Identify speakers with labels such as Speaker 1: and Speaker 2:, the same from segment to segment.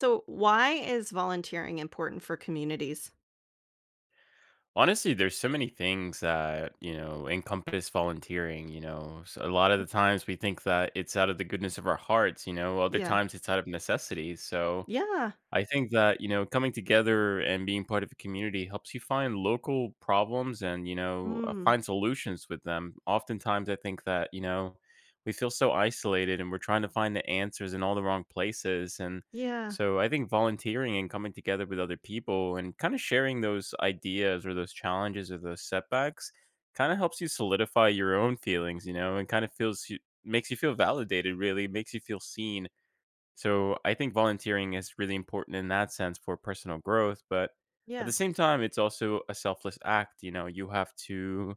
Speaker 1: So why is volunteering important for communities?
Speaker 2: Honestly, there's so many things that encompass volunteering. So a lot of the times we think that it's out of the goodness of our hearts. Other
Speaker 1: Yeah.
Speaker 2: times it's out of necessity. So,
Speaker 1: Yeah.
Speaker 2: I think that coming together and being part of a community helps you find local problems and
Speaker 1: Mm.
Speaker 2: find solutions with them. Oftentimes, I think that we feel so isolated and we're trying to find the answers in all the wrong places. And
Speaker 1: Yeah.
Speaker 2: so I think volunteering and coming together with other people and kind of sharing those ideas or those challenges or those setbacks kind of helps you solidify your own feelings, and kind of feels you, makes you feel validated, really, makes you feel seen, so I think volunteering is really important in that sense for personal growth. But at
Speaker 1: Yeah.
Speaker 2: the same time, it's also a selfless act. You know, you have to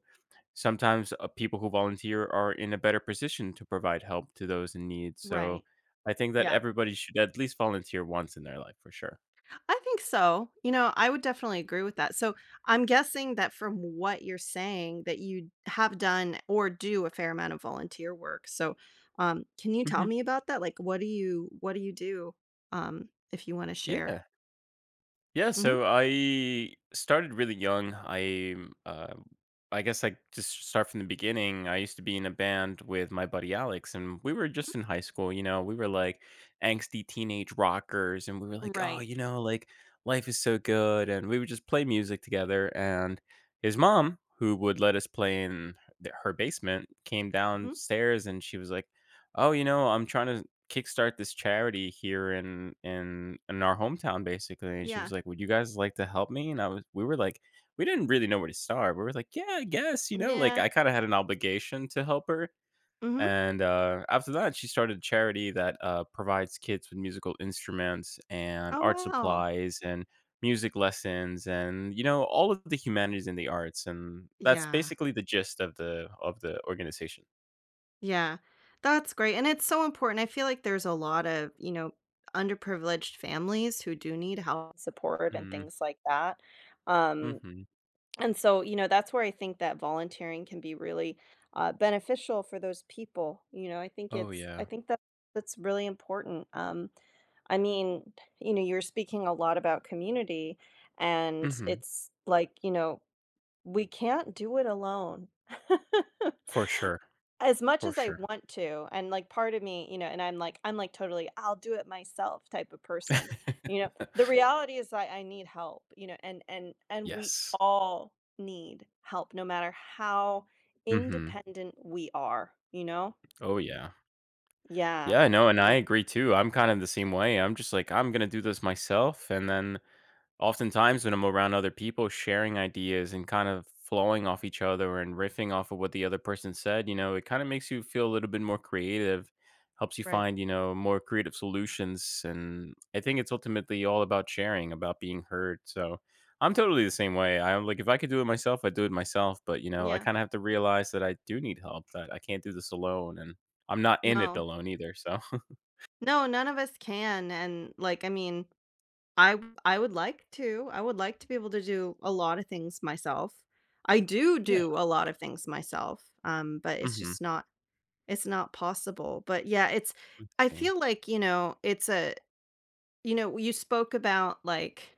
Speaker 2: sometimes, people who volunteer are in a better position to provide help to those in need. So
Speaker 1: Right.
Speaker 2: I think that
Speaker 1: Yeah.
Speaker 2: everybody should at least volunteer once in their life for sure.
Speaker 1: I think so. I would definitely agree with that. So I'm guessing that from what you're saying that you have done or do a fair amount of volunteer work. So can you tell
Speaker 2: Hmm.
Speaker 1: me about that? Like what do you do if you want to share?
Speaker 2: Yeah. Yeah,
Speaker 1: Mhm.
Speaker 2: so I started really young. Uh, I guess I just start from the beginning. I used to be in a band with my buddy Alex, and we were
Speaker 1: Mhm.
Speaker 2: just in high school. You know, we were like angsty teenage rockers, and we were like, oh,
Speaker 1: Right.
Speaker 2: you know, like life is so good, and we would just play music together. And his mom, who would let us play in her basement, came
Speaker 1: Mhm.
Speaker 2: downstairs, and she was like, oh, you know, I'm trying to kickstart this charity here in our hometown, basically. And she
Speaker 1: Yeah.
Speaker 2: was like, would you guys like to help me? And I was we were like, we didn't really know where to start. We were like, yeah, I guess, you know, like
Speaker 1: Yeah.
Speaker 2: I kind of had an obligation to help her.
Speaker 1: Mhm.
Speaker 2: And after that she started a charity that provides kids with musical instruments and
Speaker 1: Oh
Speaker 2: art
Speaker 1: wow.
Speaker 2: supplies and music lessons and, you know, all of the humanities and the arts. And that's
Speaker 1: Yeah.
Speaker 2: basically the gist of the organization.
Speaker 1: Yeah, that's great, and it's so important. I feel like there's a lot of, underprivileged families who do need help and support and things like that. Um,
Speaker 2: Mm-hmm.
Speaker 1: and so, that's where I think that volunteering can be really beneficial for those people. You know, I think
Speaker 2: Oh
Speaker 1: it's I
Speaker 2: yeah.
Speaker 1: think that that's really important. I mean, you're speaking a lot about community, and
Speaker 2: Hmm.
Speaker 1: it's like, we can't do it alone.
Speaker 2: For sure.
Speaker 1: As much
Speaker 2: For
Speaker 1: as I
Speaker 2: sure.
Speaker 1: want to, and, like, part of me, you know and I'm like totally, "I'll do it myself" type of person, you know? The reality is that I need help, you know, and we
Speaker 2: Yes.
Speaker 1: all need help no matter how
Speaker 2: Mhm.
Speaker 1: independent we are, you know?
Speaker 2: Oh, yeah.
Speaker 1: Yeah.
Speaker 2: Yeah, no, and I
Speaker 1: Yeah.
Speaker 2: agree too. I'm kind of the same way. I'm just like, "I'm gonna do this myself," and then oftentimes, when I'm around other people sharing ideas and kind of flowing off each other and riffing off of what the other person said, you know, it kind of makes you feel a little bit more creative, helps you
Speaker 1: Right.
Speaker 2: find more creative solutions. And I think it's ultimately all about sharing, about being heard. So I'm totally the same way. I'm like, if I could do it myself, I'd do it myself. But, you know, I
Speaker 1: Yeah.
Speaker 2: kind of have to realize that I do need help, that I can't do this alone. And I'm not in it
Speaker 1: No.
Speaker 2: alone either. So,
Speaker 1: No, none of us can, and, like, I mean, I would like to. I would like to be able to do a lot of things myself. I do
Speaker 2: yeah.
Speaker 1: do a lot of things myself, but
Speaker 2: Mm
Speaker 1: it's
Speaker 2: hmm.
Speaker 1: just not possible, but yeah, it's I
Speaker 2: Mm
Speaker 1: feel like, you know, it's a you know, you spoke about, like,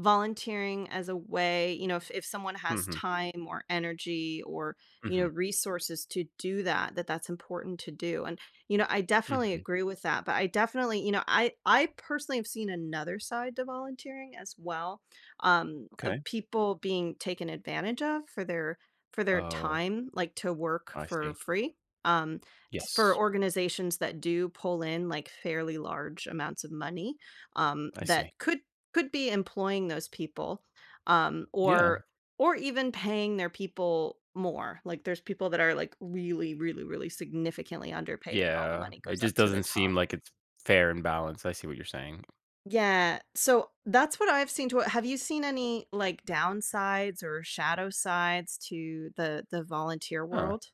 Speaker 1: volunteering as a way, you know, if someone has
Speaker 2: hmm.
Speaker 1: time or energy or,
Speaker 2: Mm
Speaker 1: you know,
Speaker 2: hmm.
Speaker 1: resources to do that, that's important to do, and, you know, I definitely
Speaker 2: Hmm.
Speaker 1: agree with that, but I definitely, you know, I personally have seen another side to volunteering as well,
Speaker 2: Okay.
Speaker 1: of people being taken advantage of for their
Speaker 2: Oh.
Speaker 1: time, like, to work
Speaker 2: I
Speaker 1: for
Speaker 2: see.
Speaker 1: free, um, t for
Speaker 2: Yes.
Speaker 1: organizations that do pull in, like, fairly large amounts of money,
Speaker 2: I see.
Speaker 1: that could be employing those people, um,
Speaker 2: Yeah,
Speaker 1: or or even paying their people more. Like there's people that are like really significantly underpaid and all the
Speaker 2: yeah,
Speaker 1: money
Speaker 2: it
Speaker 1: goes up
Speaker 2: just
Speaker 1: to the
Speaker 2: doesn't
Speaker 1: top.
Speaker 2: seem like it's fair and balanced. I see what you're saying.
Speaker 1: Yeah. So that's what I've seen to it. Have you seen any like downsides or shadow sides to the volunteer
Speaker 2: Huh.
Speaker 1: world?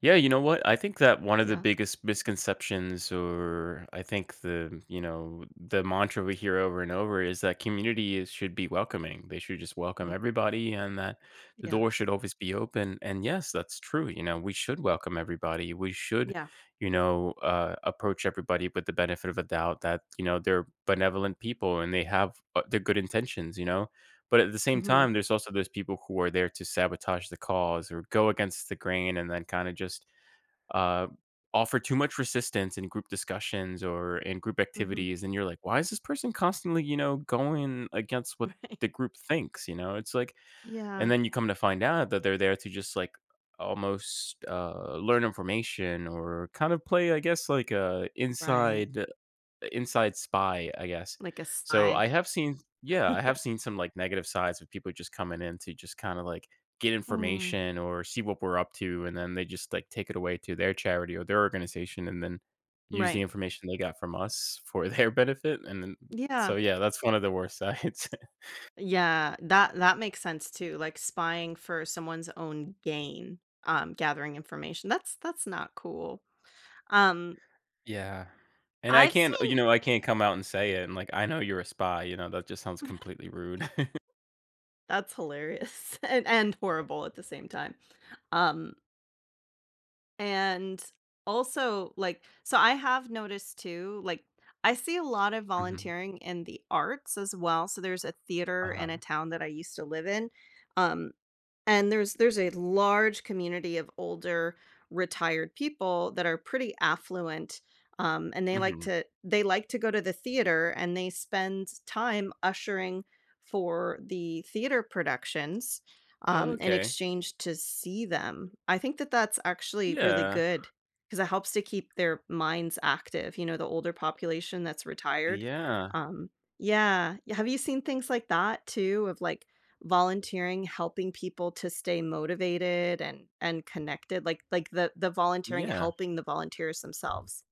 Speaker 2: Yeah, you know what? I think that one of the
Speaker 1: Yeah.
Speaker 2: biggest misconceptions, or I think the, you know, the mantra we hear over and over, is that community is, should be welcoming. They should just welcome
Speaker 1: Mm.
Speaker 2: everybody, and that the
Speaker 1: Yeah.
Speaker 2: door should always be open. And yes, that's true. You know, we should welcome everybody. We should,
Speaker 1: Yeah.
Speaker 2: you know, approach everybody with the benefit of a doubt that, you know, they're benevolent people and they have, their good intentions. You know, but at the same
Speaker 1: Mhm.
Speaker 2: time, there's also those people who are there to sabotage the cause or go against the grain, and then kind of just uh, offer too much resistance in group discussions or in group
Speaker 1: Mhm.
Speaker 2: activities. And you're like, why is this person constantly, you know, going against what
Speaker 1: Right.
Speaker 2: the group thinks, you know? It's like, and
Speaker 1: Yeah.
Speaker 2: then you come to find out that they're there to just like almost, learn information or kind of play, I guess, like a
Speaker 1: Right.
Speaker 2: inside spy, I guess.
Speaker 1: Like a
Speaker 2: So
Speaker 1: sigh.
Speaker 2: I have seen, yeah, I have seen some like negative sides of people just coming in to just kind of like get
Speaker 1: Mm.
Speaker 2: information or see what we're up to, and then they just like take it away to their charity or their organization, and then use the
Speaker 1: Right.
Speaker 2: information they got from us for their benefit. And then,
Speaker 1: Yeah.
Speaker 2: so yeah, that's one of the worst sides.
Speaker 1: Yeah, that that makes sense too, like spying for someone's own gain, gathering information. That's not cool. Um,
Speaker 2: Yeah. And I
Speaker 1: I've
Speaker 2: can't, you
Speaker 1: seen
Speaker 2: know, I can't come out and say it. And like, I know you're a spy. You know, that just sounds completely rude.
Speaker 1: that's hilarious and horrible at the same time. Um, and also like so I have noticed too, like I see a lot of
Speaker 2: Hmm.
Speaker 1: volunteering in the arts as well. So there's a theater in
Speaker 2: Uh-huh.
Speaker 1: a town that I used to live in. Um, And there's a large community of older retired people that are pretty affluent, and they like
Speaker 2: Hmm.
Speaker 1: to they like to go to the theater, and they spend time ushering for the theater productions, in
Speaker 2: Okay.
Speaker 1: exchange to see them. I think that that's actually really
Speaker 2: Yeah.
Speaker 1: good because it helps to keep their minds active, you know, the older population that's retired,
Speaker 2: Yeah.
Speaker 1: um Yeah, have you seen things like that too, of, like, volunteering helping people to stay motivated and connected, like the volunteering
Speaker 2: Yeah.
Speaker 1: helping the volunteers themselves.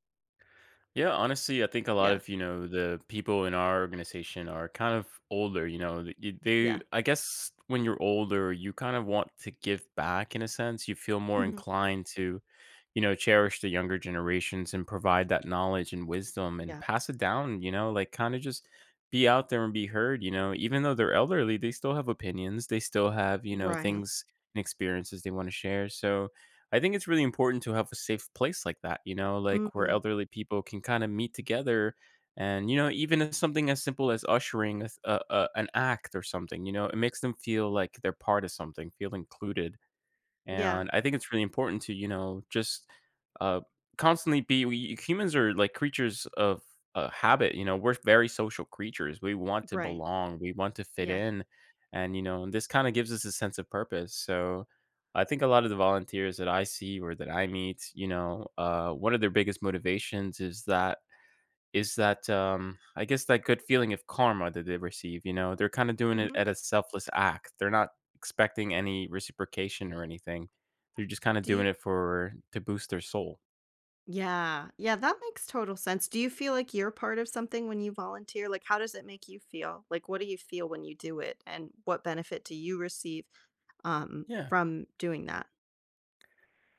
Speaker 2: Yeah, honestly, I think a lot
Speaker 1: Yeah,
Speaker 2: of, you know, the people in our organization are kind of older, you know, they,
Speaker 1: yeah.
Speaker 2: I guess when you're older, you kind of want to give back in a sense. You feel more
Speaker 1: Mhm.
Speaker 2: inclined to, you know, cherish the younger generations and provide that knowledge and wisdom and
Speaker 1: Yeah,
Speaker 2: pass it down, you know, like kind of just be out there and be heard, you know, even though they're elderly, they still have opinions, they still have, you know,
Speaker 1: right.
Speaker 2: things and experiences they want to share. So, I think it's really important to have a safe place like that, you know, like where
Speaker 1: Mhm.
Speaker 2: elderly people can kind of meet together. And, you know, even if something as simple as ushering a, an act or something, you know, it makes them feel like they're part of something, feel included.
Speaker 1: Yeah,
Speaker 2: And I think it's really important to, you know, just uh, constantly be. We, humans are like creatures of habit. You know, we're very social creatures. We want to
Speaker 1: right.
Speaker 2: belong. We want to fit
Speaker 1: Yeah.
Speaker 2: in, and, you know, this kind of gives us a sense of purpose. So, I think a lot of the volunteers that I see or that I meet, you know, one of their biggest motivations is that I guess that good feeling of karma that they receive, you know? They're kinda doing it
Speaker 1: Mhm.
Speaker 2: at a selfless act. They're not expecting any reciprocation or anything. They're just kinda
Speaker 1: Do
Speaker 2: doing
Speaker 1: you
Speaker 2: it for to boost their soul.
Speaker 1: Yeah, yeah, that makes total sense. Do you feel like you're part of something when you volunteer? Like, how does it make you feel? Like, what do you feel when you do it, and what benefit do you receive,
Speaker 2: Yeah.
Speaker 1: from doing that?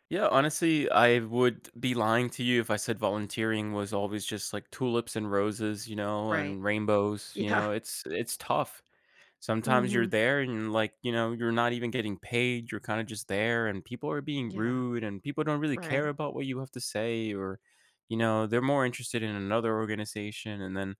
Speaker 2: Yeah, honestly, I would be lying to you if I said volunteering was always just, like, tulips and roses, you know,
Speaker 1: Right.
Speaker 2: and rainbows, you
Speaker 1: Yeah.
Speaker 2: know? It's tough. Sometimes you're
Speaker 1: Mhm.
Speaker 2: there and, like, you know, you're not even getting paid, you're kinda just there, and people are being
Speaker 1: Yeah,
Speaker 2: rude, and people don't really
Speaker 1: right.
Speaker 2: care about what you have to say or, you know, they're more interested in another organization, and then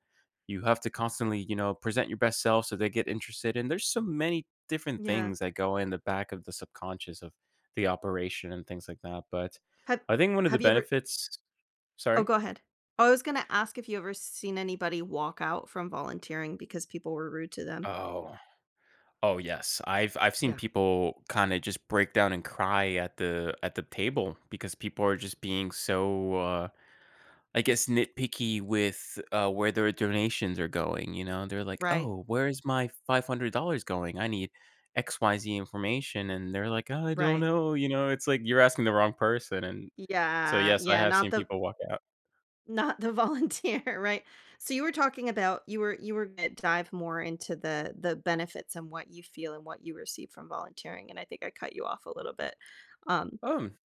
Speaker 2: you have to constantly, you know, present your best self so they get interested, and there's so many different
Speaker 1: Yeah.
Speaker 2: things that go in the back of the subconscious of the operation and things like that, but
Speaker 1: Have
Speaker 2: I think one of the
Speaker 1: have you ever
Speaker 2: benefits—
Speaker 1: Oh,
Speaker 2: Sorry?
Speaker 1: go ahead. Oh, I was gonna ask if you ever seen anybody walk out from volunteering because people were rude to them.
Speaker 2: Oh. Oh, yes. I've seen
Speaker 1: Yeah.
Speaker 2: people kinda just break down and cry at the table because people are just being so, I guess, nitpicky with, where their donations are going, you know? They're like,
Speaker 1: Right.
Speaker 2: "Oh, where is my $500 going? I need XYZ information," and they're like, "I don't
Speaker 1: Right.
Speaker 2: know," you know? It's like, you're asking the wrong person, and so,
Speaker 1: Yeah,
Speaker 2: yes, I
Speaker 1: yeah,
Speaker 2: have seen people walk out.
Speaker 1: not the volunteer, right? So you were talking about you were gonna dive more into the benefits and what you feel and what you receive from volunteering, and I think I cut you off a little bit. Um,
Speaker 2: Um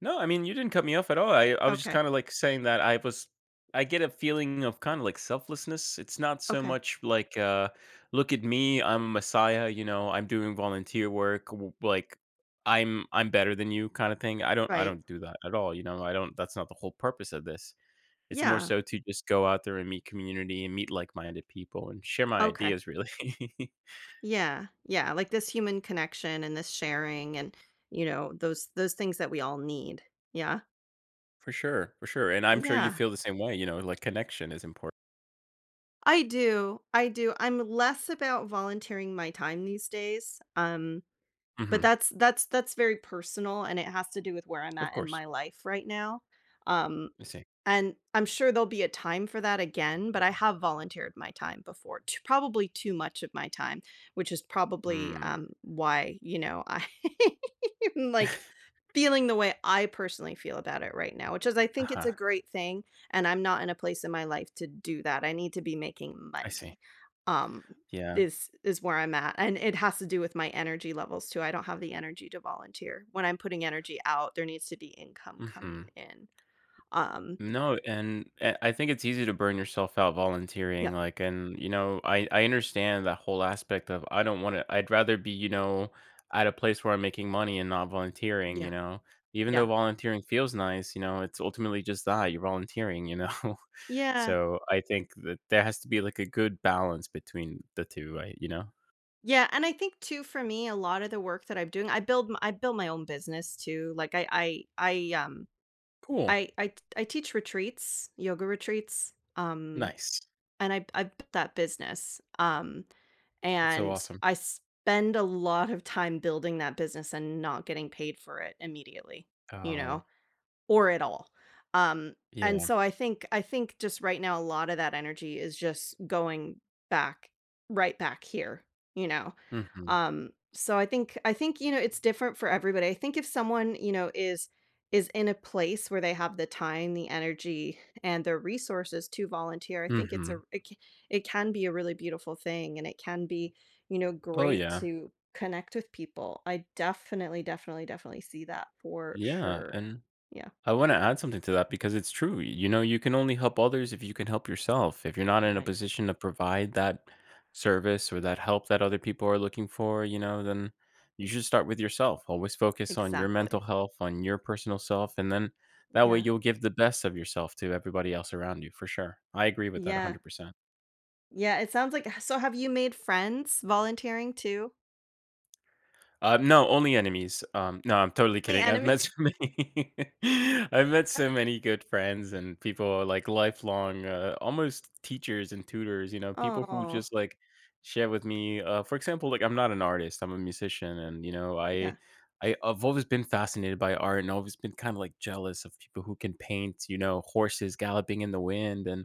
Speaker 2: No, I mean, you didn't cut me off at all. I was just
Speaker 1: okay.
Speaker 2: kind of like saying that I was, I get a feeling of kind of like selflessness. It's not so
Speaker 1: Okay.
Speaker 2: much like, look at me, I'm a messiah, you know, I'm doing volunteer work, like I'm better than you kind of thing. I don't, I
Speaker 1: Right.
Speaker 2: don't do that at all. You know, I don't, that's not the whole purpose of this. It's more
Speaker 1: Yeah.
Speaker 2: so to just go out there and meet community and meet like-minded people and share my
Speaker 1: Okay.
Speaker 2: ideas really.
Speaker 1: Yeah, yeah, like this human connection and this sharing and, you know, those things that we all need. Yeah.
Speaker 2: For sure. For sure. And I'm sure you
Speaker 1: Yeah.
Speaker 2: feel the same way, you know, like connection is important.
Speaker 1: I do. I do. I'm less about volunteering my time these days. But
Speaker 2: Hmm.
Speaker 1: that's that's very personal and it has to do with where I'm
Speaker 2: Of
Speaker 1: at in
Speaker 2: course.
Speaker 1: my life right now. Um
Speaker 2: I see.
Speaker 1: And I'm sure there'll be a time for that again, but I have volunteered my time before, t probably too much of my time, which is probably,
Speaker 2: Hmm.
Speaker 1: why, you know, I am, like, feeling the way I personally feel about it right now, which is I think it's
Speaker 2: Uh-huh.
Speaker 1: a great thing, and I'm not in a place in my life to do that. I need to be making
Speaker 2: I
Speaker 1: money,
Speaker 2: see.
Speaker 1: um,
Speaker 2: Yeah.
Speaker 1: is where I'm at, and it has to do with my energy levels too. I don't have the energy to volunteer. When I'm putting energy out, there needs to be income coming
Speaker 2: Mhm.
Speaker 1: in. Um,
Speaker 2: No, and I think it's easy to burn yourself out volunteering,
Speaker 1: yeah.
Speaker 2: like, and, you know, I understand that whole aspect of I don't wanna, I'd rather be, you know, at a place where I'm making money and not volunteering, you
Speaker 1: Yeah.
Speaker 2: know? Even though
Speaker 1: Yeah.
Speaker 2: volunteering feels nice, you know, it's ultimately just that, you're volunteering, you know?
Speaker 1: Yeah.
Speaker 2: So, I think that there has to be, like, a good balance between the two, I you know?
Speaker 1: Yeah, and I think too for me a lot of the work that I'm doing I build my own business too. Like I I I um
Speaker 2: Cool.
Speaker 1: I I t- I teach retreats, yoga retreats.
Speaker 2: Nice.
Speaker 1: And I built that business.
Speaker 2: That's so
Speaker 1: And
Speaker 2: awesome.
Speaker 1: I spend a lot of time building that business and not getting paid for it immediately, you
Speaker 2: Oh,
Speaker 1: know, or at all. Um, and
Speaker 2: yeah.
Speaker 1: so I think just right now a lot of that energy is just going back right back here, you know.
Speaker 2: Mhm.
Speaker 1: So I think you know it's different for everybody. I think if someone, you know, is in a place where they have the time, the energy and the resources to volunteer, I think
Speaker 2: Mhm.
Speaker 1: it can be a really beautiful thing and it can be, you know,
Speaker 2: Oh,
Speaker 1: great
Speaker 2: yeah.
Speaker 1: to connect with people. I definitely see that for
Speaker 2: Yeah,
Speaker 1: sure.
Speaker 2: and
Speaker 1: Yeah.
Speaker 2: I want to add something to that because it's true. You know, you can only help others if you can help yourself. If you're not in a
Speaker 1: Right.
Speaker 2: position to provide that service or that help that other people are looking for, you know, then you should start with yourself. Always focus on your mental
Speaker 1: Exactly.
Speaker 2: health, on your personal self, and then that way
Speaker 1: Yeah.
Speaker 2: you'll give the best of yourself to everybody else around you for sure. I agree with that
Speaker 1: Yeah.
Speaker 2: 100%.
Speaker 1: Yeah, it sounds like so have you made friends volunteering too?
Speaker 2: No, only enemies. No, I'm totally
Speaker 1: The
Speaker 2: kidding. I've met
Speaker 1: enemy.
Speaker 2: so many. I've met so many good friends and people like lifelong, almost teachers and tutors. You know, people who
Speaker 1: Oh,
Speaker 2: just like share with me. For example, like I'm not an artist. I'm a musician, and you know, I,
Speaker 1: yeah.
Speaker 2: I I've always been fascinated by art, and always been kind of like jealous of people who can paint. You know, horses galloping in the wind, and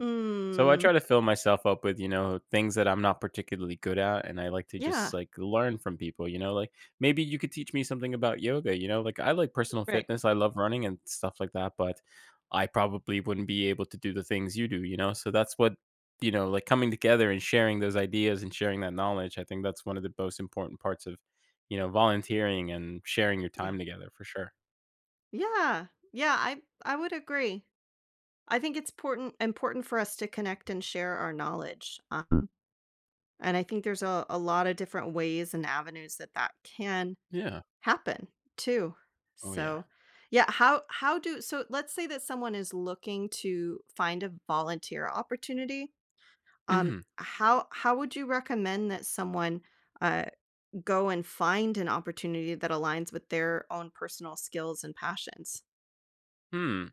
Speaker 2: so I
Speaker 1: Hmm.
Speaker 2: try to fill myself up with, you know, things that I'm not particularly good at, and I like to
Speaker 1: Yeah.
Speaker 2: just like learn from people. You know, like maybe you could teach me something about yoga, you know? Like, I like personal
Speaker 1: Right.
Speaker 2: fitness, I love running and stuff like that, but I probably wouldn't be able to do the things you do, you know? So that's what, you know, like coming together and sharing those ideas and sharing that knowledge, I think that's one of the most important parts of, you know, volunteering and sharing your
Speaker 1: Yeah.
Speaker 2: time together for sure.
Speaker 1: Yeah. Yeah, I would agree. I think it's important for us to connect and share our knowledge. And I think there's a lot of different ways and avenues that that can
Speaker 2: Yeah.
Speaker 1: happen too.
Speaker 2: Oh, yeah.
Speaker 1: So, yeah, how do so let's say that someone is looking to find a volunteer opportunity.
Speaker 2: Mhm.
Speaker 1: How would you recommend that someone uh, go and find an opportunity that aligns with their own personal skills and passions?
Speaker 2: Hmm.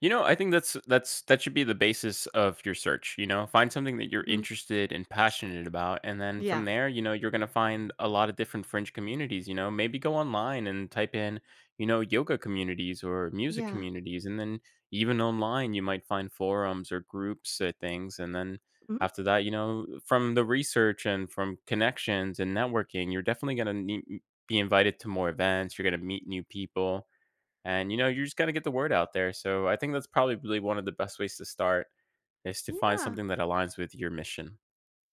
Speaker 2: You know, I think that's that should be the basis of your search, you know? Find something that you're
Speaker 1: Mhm.
Speaker 2: interested and passionate about and then from
Speaker 1: Yeah.
Speaker 2: there, you know, you're going to find a lot of different fringe communities, you know? Maybe go online and type in, you know, yoga communities or music
Speaker 1: Yeah.
Speaker 2: communities and then even online you might find forums or groups or things and then
Speaker 1: Mhm.
Speaker 2: after that, you know, from the research and from connections and networking, you're definitely going to be invited to more events, you're going to meet new people and, you know, you just got to get the word out there. So I think that's probably really one of the best ways to start is to find
Speaker 1: Yeah.
Speaker 2: something that aligns with your mission.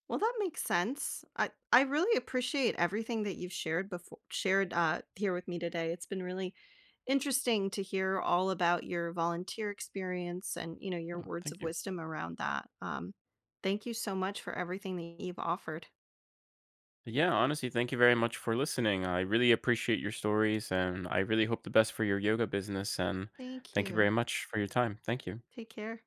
Speaker 1: Well, that makes sense. I really appreciate everything that you've shared here with me today. It's been really interesting to hear all about your volunteer experience and you know your
Speaker 2: Oh,
Speaker 1: words
Speaker 2: thank
Speaker 1: of
Speaker 2: you.
Speaker 1: wisdom around that. Thank you so much for everything that you've offered.
Speaker 2: Yeah, honestly, thank you very much for listening. I really appreciate your stories and I really hope the best for your yoga business. And
Speaker 1: Thank
Speaker 2: thank you
Speaker 1: you.
Speaker 2: very much for your time. Thank you.
Speaker 1: Take care.